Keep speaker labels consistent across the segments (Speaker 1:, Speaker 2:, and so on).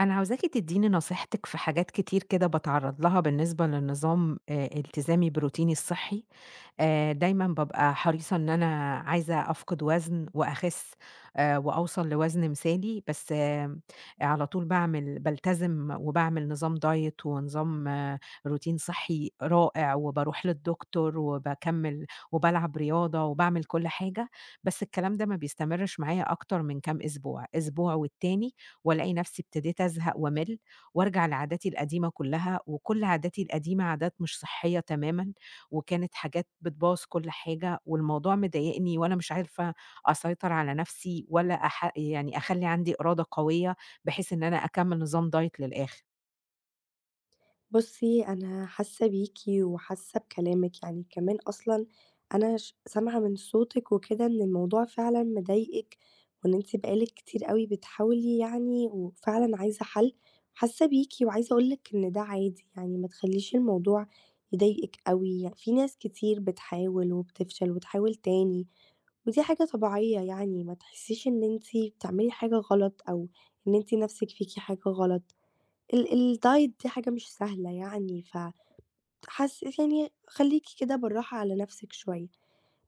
Speaker 1: أنا عاوزاكِ تدّيني نصيحتِك في حاجات كتير كده باتعرّض لها بالنسبة للنظام التزامي بروتيني الصحّي، دايمًا بابقى حريصة إن أنا عايزة أفقد وزن وأخِس وأوصل لوزن مثالي، بس على طول بالتزم وباعمل نظام diet ونظام روتين صحّي رائع وباروح للدكتور وباكمّل وبالعب رياضة وباعمل كل حاجة، بس الكلام ده ما بيستمرش معايا أكتر من كام أسبوع، أسبوع والتاني وألاقي نفسي ابتديت أزهق وأمِل وأرجع لعاداتي القديمة كلّها، وكل عاداتي القديمة عادات مش صحّية تمامًا، وكانت حاجات بتبوّظ كل حاجة، والموضوع مضايقني وأنا مش عارفة أسيطر على نفسي ولا يعني أخلّي عندي إرادة قوية بحيث إن أنا أكمّل نظام diet للآخر.
Speaker 2: بُصّي، أنا حاسة بيكِ وحاسة بكلامِك، يعني كمان أصلًا أنا سامعة من صوتِك وكده إن الموضوع فعلًا مضايقِك، وإن أنتِ بقى لِك كتير أوي بتحاولي يعني وفعلًا عايزة حل، حاسة بيكِ وعايزة أقول لِك إن ده عادي، يعني ما تخلّيش الموضوع يضايقِك أوي، في ناس كتير بتحاول وبتفشل وتحاول تاني، ودي حاجة طبيعية يعني، ما تحسيش إن أنتِ بتعملي حاجة غلط أو إن أنتِ نَفْسِك فيكِ حاجة غلط. ال الdiet دي حاجة مش سهلة يعني، يعني خلّيكِ كده بالراحة على نَفْسِك شوية.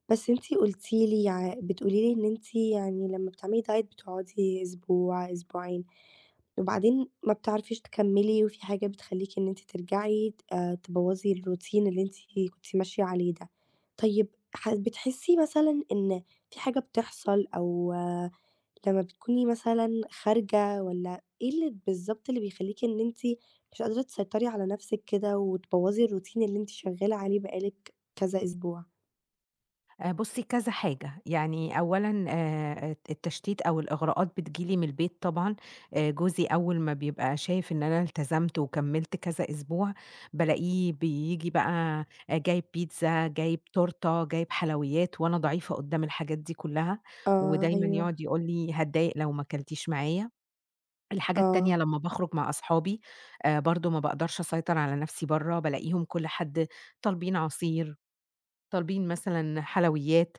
Speaker 2: بس أنتِ قُلتِ لي يع بتقولي لي إن أنتِ يعني لمّا بتعملي diet بتقعدي أسبوع، أسبوعين. وبعدين ما بتعرفيش تكمّلي، وفي حاجة بتخلّيكِ إن أنتِ ترجعي ت تبوّظي الروتين اللي أنتِ كنتِ ماشية عليه ده. طيب بتحسّي مثلًا إن في حاجة بتحصل أو لمّا بتكوني مثلًا خارجة والّا إيه اللي بالضبط اللي بيخلّيكِ إن أنتِ مش قادرة تسيطري على نَفْسِك كده وتبوّظي الروتين اللي أنتِ شغّالة عليه بقى لِك كذا أسبوع؟
Speaker 1: بُصّي كذا حاجة، يعني أولًا التشتيت أو الإغراءات بتيجي لي من البيت طبعًا، جوزي أول ما بيبقى شايف إن أنا التزمت وكمّلت كذا أسبوع، بالاقيه بييجي بقى جايب بيتزا، جايب تورتة، جايب حلويات، وأنا ضعيفة قدّام الحاجات دي كلّها،
Speaker 2: آه،
Speaker 1: ودايمًا
Speaker 2: أيوه،
Speaker 1: يقعد يقول لي: "هاتضايق لو ما كلتيش معايا." الحاجة التانية
Speaker 2: آه.
Speaker 1: لمّا باخرج مع أصحابي، برضه ما باقدرش أسيطر على نَفْسي برّه، بالاقيهم كل حد طالبين عصير، طالبين مثلًا حلويات.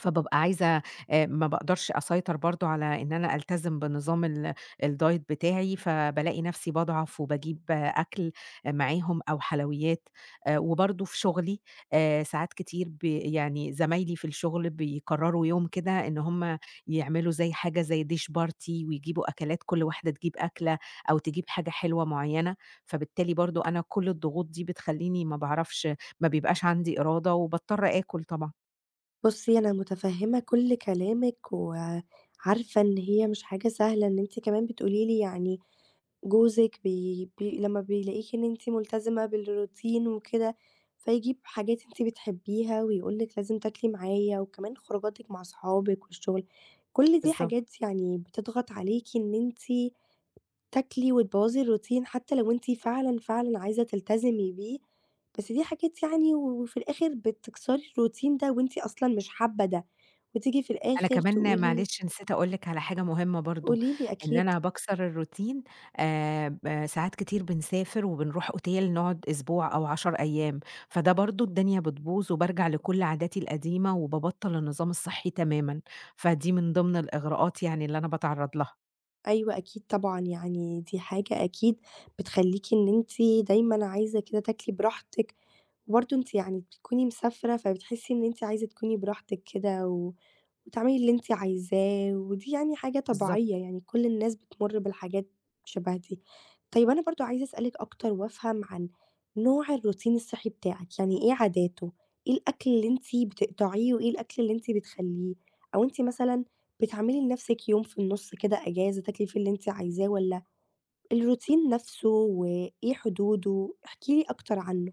Speaker 1: فبابقى عايزة ما باقدرش أسيطر برضه على إن أنا ألتزم بنظام الdiet بتاعي، فبالاقي نفسي باضعف وباجيب أكل آه، معاهم أو حلويات. وبرضه في شغلي ساعات كتير يعني زمايلي في الشغل بيقرروا يوم كده إن هم يعملوا زي حاجة زي dish party ويجيبوا أكلات كل واحدة تجيب أكلة أو تجيب حاجة حلوة معينة، فبالتالي برضه أنا كل الضغوط دي بتخلّيني ما بيبقاش عندي إرادة وباضطر آكل طبعًا.
Speaker 2: بُصّي، أنا متفهّمة كل كلامِك، وعارفة إن هي مش حاجة سهلة إن أنتِ كمان بتقولي لي يعني جوزِك بي بي لمّا بيلاقيكِ إن أنتِ ملتزمة بالروتين وكده، فيجيب حاجات أنتِ بتحبيها ويقول لِك لازم تاكلي معايا، وكمان خروجاتِك مع صحابِك والشغل، كل دي
Speaker 1: بالضبط.
Speaker 2: حاجات يعني بتضغط عليكِ إن أنتِ تاكلي وتبوظي الروتين حتى لو أنتِ فعلًا، فعلًا عايزة تلتزمي بيه، بس دي حاجات يعني وفي الآخر بتكسري الروتين ده وأنتِ أصلًا مش حابة ده، وتيجي في
Speaker 1: أنا
Speaker 2: الآخر
Speaker 1: كمان
Speaker 2: تقولي.
Speaker 1: معلش نسيت أقول لِك على حاجة مهمة برضه،
Speaker 2: قولي لي،
Speaker 1: إن
Speaker 2: أكيد.
Speaker 1: أنا باكسر الروتين ب ساعات كتير بنسافر وبنروح أوتيل نقعد أسبوع أو 10 أيام، فده برضه الدنيا بتبوظ وبارجع لكل عاداتي القديمة وبابطّل النظام الصحّي تمامًا، فدي من ضمن الإغراءات يعني اللي أنا باتعرّض لها.
Speaker 2: أيوه أكيد طبعًا، يعني دي حاجة أكيد بتخلّيكِ إن أنتِ دايمًا عايزة كده تاكلي براحتك، وبرضه أنتِ يعني بتكوني مسافرة فبتحسي إن أنتِ عايزة تكوني براحتك كده و وتعملي اللي أنتِ عايزاه، ودي يعني حاجة طبيعية،
Speaker 1: بالضبط.
Speaker 2: يعني كل الناس بتمُر بالحاجات شبه دي. طيب أنا برضه عايزة أسألِك أكتر وأفهم عن نوع الروتين الصحّي بتاعِك، يعني إيه عاداته؟ إيه الأكل اللي أنتِ بتقطعيه وإيه الأكل اللي أنتِ بتخلّيه؟ أو أنتِ مثلًا بتعملي لنَفْسِك يوم في النُص كده إجازة تاكلي فيه اللي أنتِ عايزاه والّا الروتين نَفْسه وإيه حدوده؟ احكي لي أكتر عنه.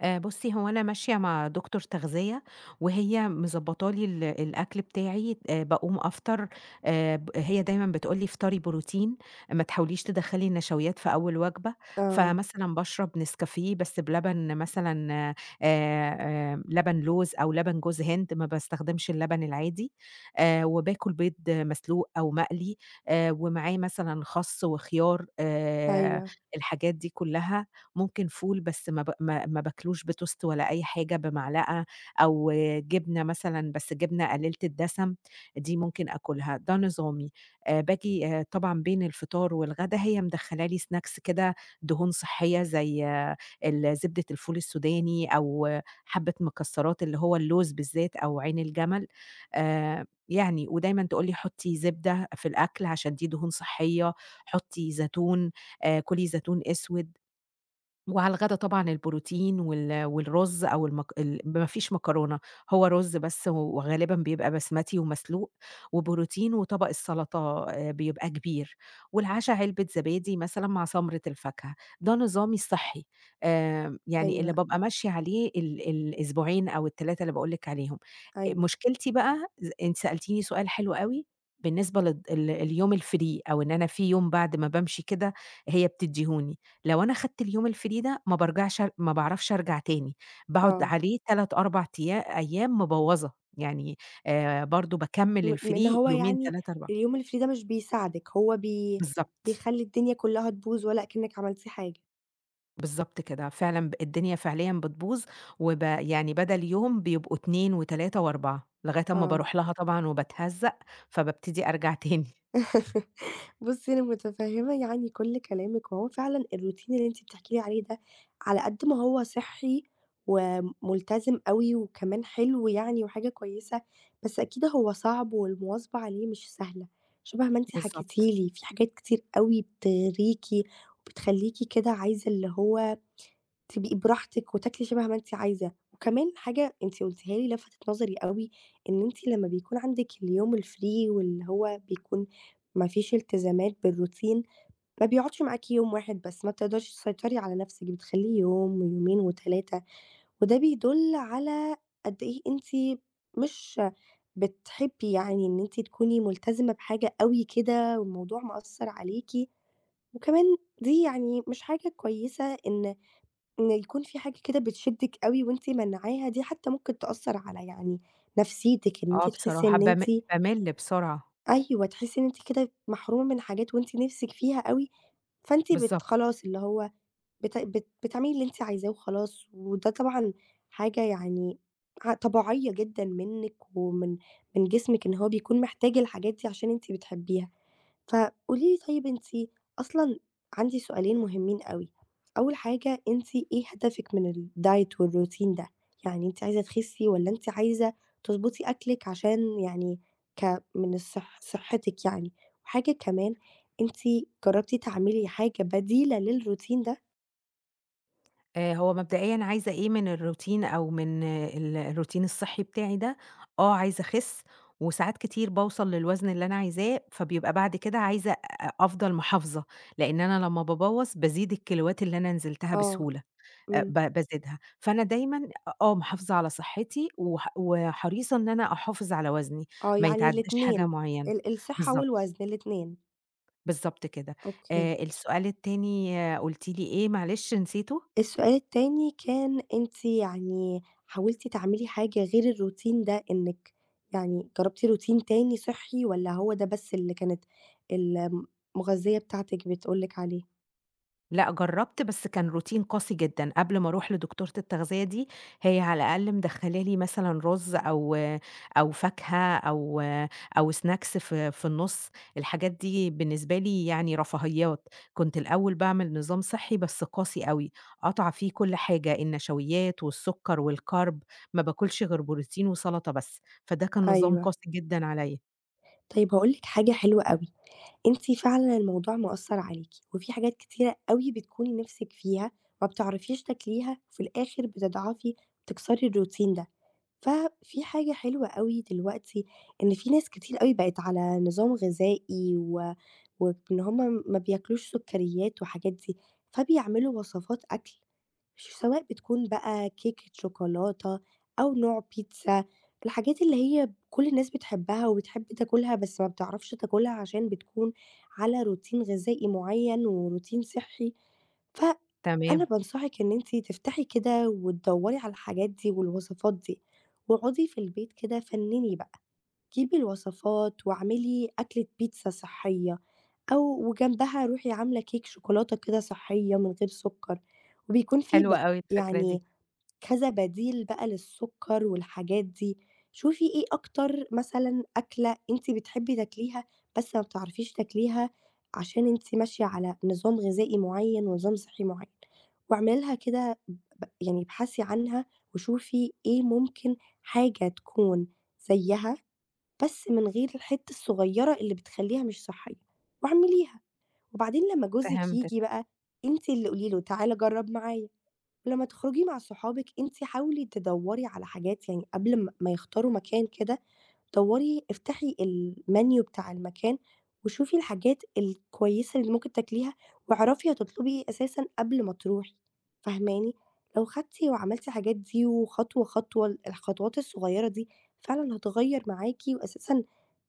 Speaker 1: بُصّي، هو أنا ماشية مع دكتور تغذية، وهي مضبّطة لي الأكل بتاعي، باقوم أفطر ب هي دايمًا بتقول لي: "افطري بروتين، ما تحاوليش تدخّلي النشويات في أول وجبة."
Speaker 2: آه،
Speaker 1: فمثلًا باشرب نسكافيه بس بلبن مثلًا لبن لوز أو لبن جوز هند، ما باستخدمش اللبن العادي، وباكل بيض مسلوق أو مقلي، ومعاه مثلًا خَس وخيار،
Speaker 2: أيوه،
Speaker 1: الحاجات دي كلّها ممكن فول بس ما ب ما ما باكلوش بتوست ولا أي حاجة بمعلقة، أو جبنة مثلًا بس جبنة قليلة الدسم، دي ممكن آكلها، ده نظامي. باجي طبعًا بين الفطار والغدا هي مدخّلة لي snacks كده دهون صحية زي آه، زبدة الفول السوداني أو آه، حبة مكسرات اللي هو اللوز بالذات أو عين الجمل، يعني ودايمًا تقول لي: حُطّي زبدة في الأكل عشان دي دهون صحية، حُطّي زيتون، كُلي زيتون أسود. وعلى الغدا طبعًا البروتين والرز أو المك ال ما فيش مكرونة، هو رز بس وغالبًا بيبقى بسمتي ومسلوق، وبروتين وطبق السلطة بيبقى كبير، والعشا علبة زبادي مثلًا مع سمرة الفاكهة، ده نظامي الصحي، يعني اللي
Speaker 2: أيوه،
Speaker 1: بابقى ماشية عليه الأسبوعين أو ال3 اللي باقول لِك عليهم.
Speaker 2: أيوه،
Speaker 1: مشكلتي بقى أنتِ سألتيني سؤال حلو أوي بالنسبة للض ال اليوم الfree أو إن أنا في يوم بعد ما بامشي كده هي بتديهوني، لو أنا خدت اليوم الfree ده ما بارجعش ما باعرفش أرجع تاني، باقعد
Speaker 2: آه.
Speaker 1: عليه 3، 4 أيام مبوّظة، يعني برضه
Speaker 2: م
Speaker 1: باكمّل
Speaker 2: م إن
Speaker 1: الfree
Speaker 2: هو
Speaker 1: يومين،
Speaker 2: يعني
Speaker 1: 3، 4.
Speaker 2: اليوم اللي فيه ده مش بيساعدِك، هو
Speaker 1: بالضبط،
Speaker 2: بيخلّي الدنيا كلّها تبوظ ولا أكنِّك عملتِ حاجة.
Speaker 1: بالضبط كده، فعلًا الدنيا فعليًا بتبوظ يعني بدل يوم بيبقوا 2، و3، و4 لغاية أمّا
Speaker 2: آه.
Speaker 1: باروح لها طبعًا وباتهزّق، فبابتدي أرجع تاني،
Speaker 2: بُصّي أنا متفهّمة يعني كلّ كلامِك، وهو فعلًا الروتين اللي أنتِ بتحكي لي عليه ده، على قد ما هو صحّي وملتزم أوي وكمان حلو يعني وحاجة كويسة، بس أكيد هو صعب والمواظبة عليه مش سهلة. شبه ما أنتِ حكيتِ
Speaker 1: بالضبط،
Speaker 2: لي، في حاجات كتير أوي بتغريكِ وبتخلّيكِ كده عايزة اللي هو تبقي براحتِك وتاكلي شبه ما أنتِ عايزة، وكمان حاجة أنتِ قُلتيها لي لفتت نظري أوي، إن أنتِ لمّا بيكون عندِك اليوم الfree واللي هو بيكون ما فيش التزامات بالروتين، ما بيقعدش معاكِ يوم واحد بس، ما بتقدريش تسيطري على نفسِك، بتخلّيه يوم ويومين و3 وده بيدُل على قد إيه أنتِ مش بتحبي يعني إن أنتِ تكوني ملتزمة بحاجة أوي كده والموضوع مأثّر عليكِ، وكمان دي يعني مش حاجة كويسة إن يكون في حاجة كده بتشدِّك أوي وأنتِ ممنّعاها دي حتى ممكن تأثّر على يعني نفسيتِك، إن
Speaker 1: آه
Speaker 2: أنتِ تحسّي
Speaker 1: بصراحة
Speaker 2: إن أنتِ
Speaker 1: بامِل بسرعة،
Speaker 2: أيوه، تحسّي إن أنتِ كده محرومة من حاجات وأنتِ نِفْسِك فيها أوي، فأنتِ
Speaker 1: بالضبط.
Speaker 2: خلاص اللي هو بت بت بتعملي اللي أنتِ عايزاه وخلاص، وده طبعًا حاجة يعني طبيعية جدًا منِّك ومن جسمِك إن هو بيكون محتاج الحاجات دي عشان أنتِ بتحبّيها. فقولي لي طيب أنتِ أصلًا عندي سؤالين مهمين أوي، أول حاجة أنتِ إيه هدفِك من الdiet والروتين ده؟ يعني أنتِ عايزة تخسّي والّا أنتِ عايزة تضبطي أكلِك عشان يعني من صحتِك يعني؟ وحاجة كمان، أنتِ جرّبتِ تعملي حاجة بديلة للروتين ده؟
Speaker 1: هو مبدئيًا عايزة إيه من الروتين أو من آه، الروتين الصحّي بتاعي ده، آه عايزة أخِس، وساعات كتير باوصل للوزن اللي أنا عايزاه، فبيبقى بعد كده عايزة أفضل محافظة، لإن أنا لمّا بابوّظ بازيد الكيلوات اللي أنا نزلتها
Speaker 2: آه،
Speaker 1: بسهولة، أ
Speaker 2: إمم،
Speaker 1: ب بازيدها، فأنا دايمًا آه محافظة على صحّتي وحريصة إن أنا أحافظ على وزني،
Speaker 2: آه،
Speaker 1: ما
Speaker 2: يعني
Speaker 1: يتعداش حاجة
Speaker 2: الاتنين،
Speaker 1: معيّنة،
Speaker 2: ال الصحة
Speaker 1: بالضبط،
Speaker 2: والوزن الاتنين،
Speaker 1: بالضبط كده.
Speaker 2: أوكي.
Speaker 1: السؤال التاني قُلتِ لي إيه معلش نسيته؟
Speaker 2: السؤال التاني كان أنتِ يعني حاولتِ تعملي حاجة غير الروتين ده، إنِّك يعني جرّبتِ روتين تاني صحّي والّا هو ده بس اللي كانت المغذية بتاعتِك بتقول لِك عليه؟
Speaker 1: لأ، جرّبت بس كان روتين قاسي جدًا، قبل ما أروح لدكتورة التغذية دي، هي على الأقل مدخّلة لي مثلًا رز أو أو فاكهة أو أو snacks في النُص، الحاجات دي بالنسبة لي يعني رفاهيات، كنت الأول باعمل نظام صحّي بس قاسي أوي، قاطعة فيه كل حاجة، النشويات والسُكّر والكارب، ما باكلش غير بروتين وسلطة بس، فده كان نظام
Speaker 2: أيوه.
Speaker 1: قاسي جدًا عليّا.
Speaker 2: طيب هاقول لِك حاجة حلوة أوي، أنتِ فعلًا الموضوع مأثّر عليكِ وفي حاجات كتيرة أوي بتكوني نِفْسِك فيها ما بتعرفيش تاكليها، وفي الآخر بتضعفي، بتكسري الروتين ده. ففي حاجة حلوة أوي دلوقتي، إن في ناس كتير أوي بقت على نظام غذائي وإن هُم ما بياكلوش سكريات وحاجات دي، فبيعملوا وصفات أكل سواء بتكون بقى كيكة شوكولاتة أو نوع بيتزا، الحاجات اللي هي كل الناس بتحبها وبتحب تاكلها بس ما بتعرفش تاكلها عشان بتكون على روتين غذائي معين وروتين صحي، فأنا
Speaker 1: تمام،
Speaker 2: بانصحِك إن أنتِ تفتحي كده وتدوّري على الحاجات دي والوصفات دي، واقعدي في البيت كده فنّني بقى. جيبي الوصفات واعملي أكلة بيتزا صحية أو وجنبها روحي عاملة كيك شوكولاتة كده صحية من غير سكر، وبيكون في
Speaker 1: حلوة أوي الفكرة دي،
Speaker 2: يعني كذا بديل بقى للسكر والحاجات دي، شوفي إيه أكتر مثلًا أكلة أنتِ بتحبي تاكليها بس ما بتعرفيش تاكليها عشان أنتِ ماشية على نظام غذائي معين ونظام صحي معين، واعملي لها كده يعني ابحثي عنها وشوفي إيه ممكن حاجة تكون زيها بس من غير الحتّة الصغيّرة اللي بتخلّيها مش صحّية، واعمليها، وبعدين لمّا جوزِك
Speaker 1: فهمتك.
Speaker 2: ييجي بقى أنتِ اللي قولي له تعالَ جرّب معايا، ولمّا تخرجي مع صحابِك أنتِ حاولي تدوّري على حاجات يعني قبل ما يختاروا مكان كده دوري افتحي المنيو بتاع المكان، وشوفي الحاجات الكويسة اللي ممكن تاكليها، واعرفي هتطلبي إيه أساسًا قبل ما تروحي، فاهماني؟ لو خدتِ وعملتِ الحاجات دي وخطوة، خطوة، ال الخطوات الصغيرة دي فعلًا هتغيّر معاكِ، وأساسًا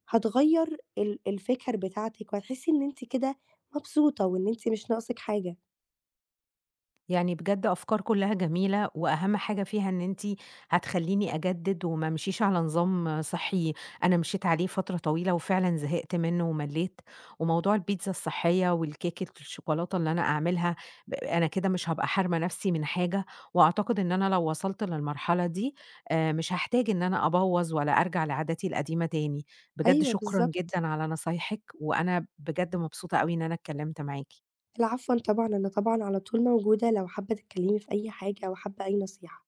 Speaker 2: هتغيّر ال الفِكَر بتاعتِك، وهتحسي إن أنتِ كده مبسوطة، وإن أنتِ مش ناقصِك حاجة.
Speaker 1: يعني بجد أفكار كلها جميلة، وأهم حاجة فيها إن أنتِ هتخلّيني أجدد وما أمشيش على نظام صحّي أنا مشيت عليه فترة طويلة وفعلًا زهقت منه وملّيت، وموضوع البيتزا الصحية والكيكة الشوكولاتة اللي أنا أعملها أنا كده مش هابقى حارمة نفسي من حاجة، وأعتقد إن أنا لو وصلت للمرحلة دي مش هاحتاج إن أنا أبوّظ ولا أرجع لعاداتي القديمة تاني، بجد
Speaker 2: أيوه
Speaker 1: شكرًا
Speaker 2: بالضبط.
Speaker 1: جدًا على نصايحِك، وأنا بجد مبسوطة أوي إن أنا اتكلمت معاكِ.
Speaker 2: العفوًا طبعًا، أنا طبعًا على طول موجودة لو حابة تتكلمي في أي حاجة أو حابة أي نصيحة.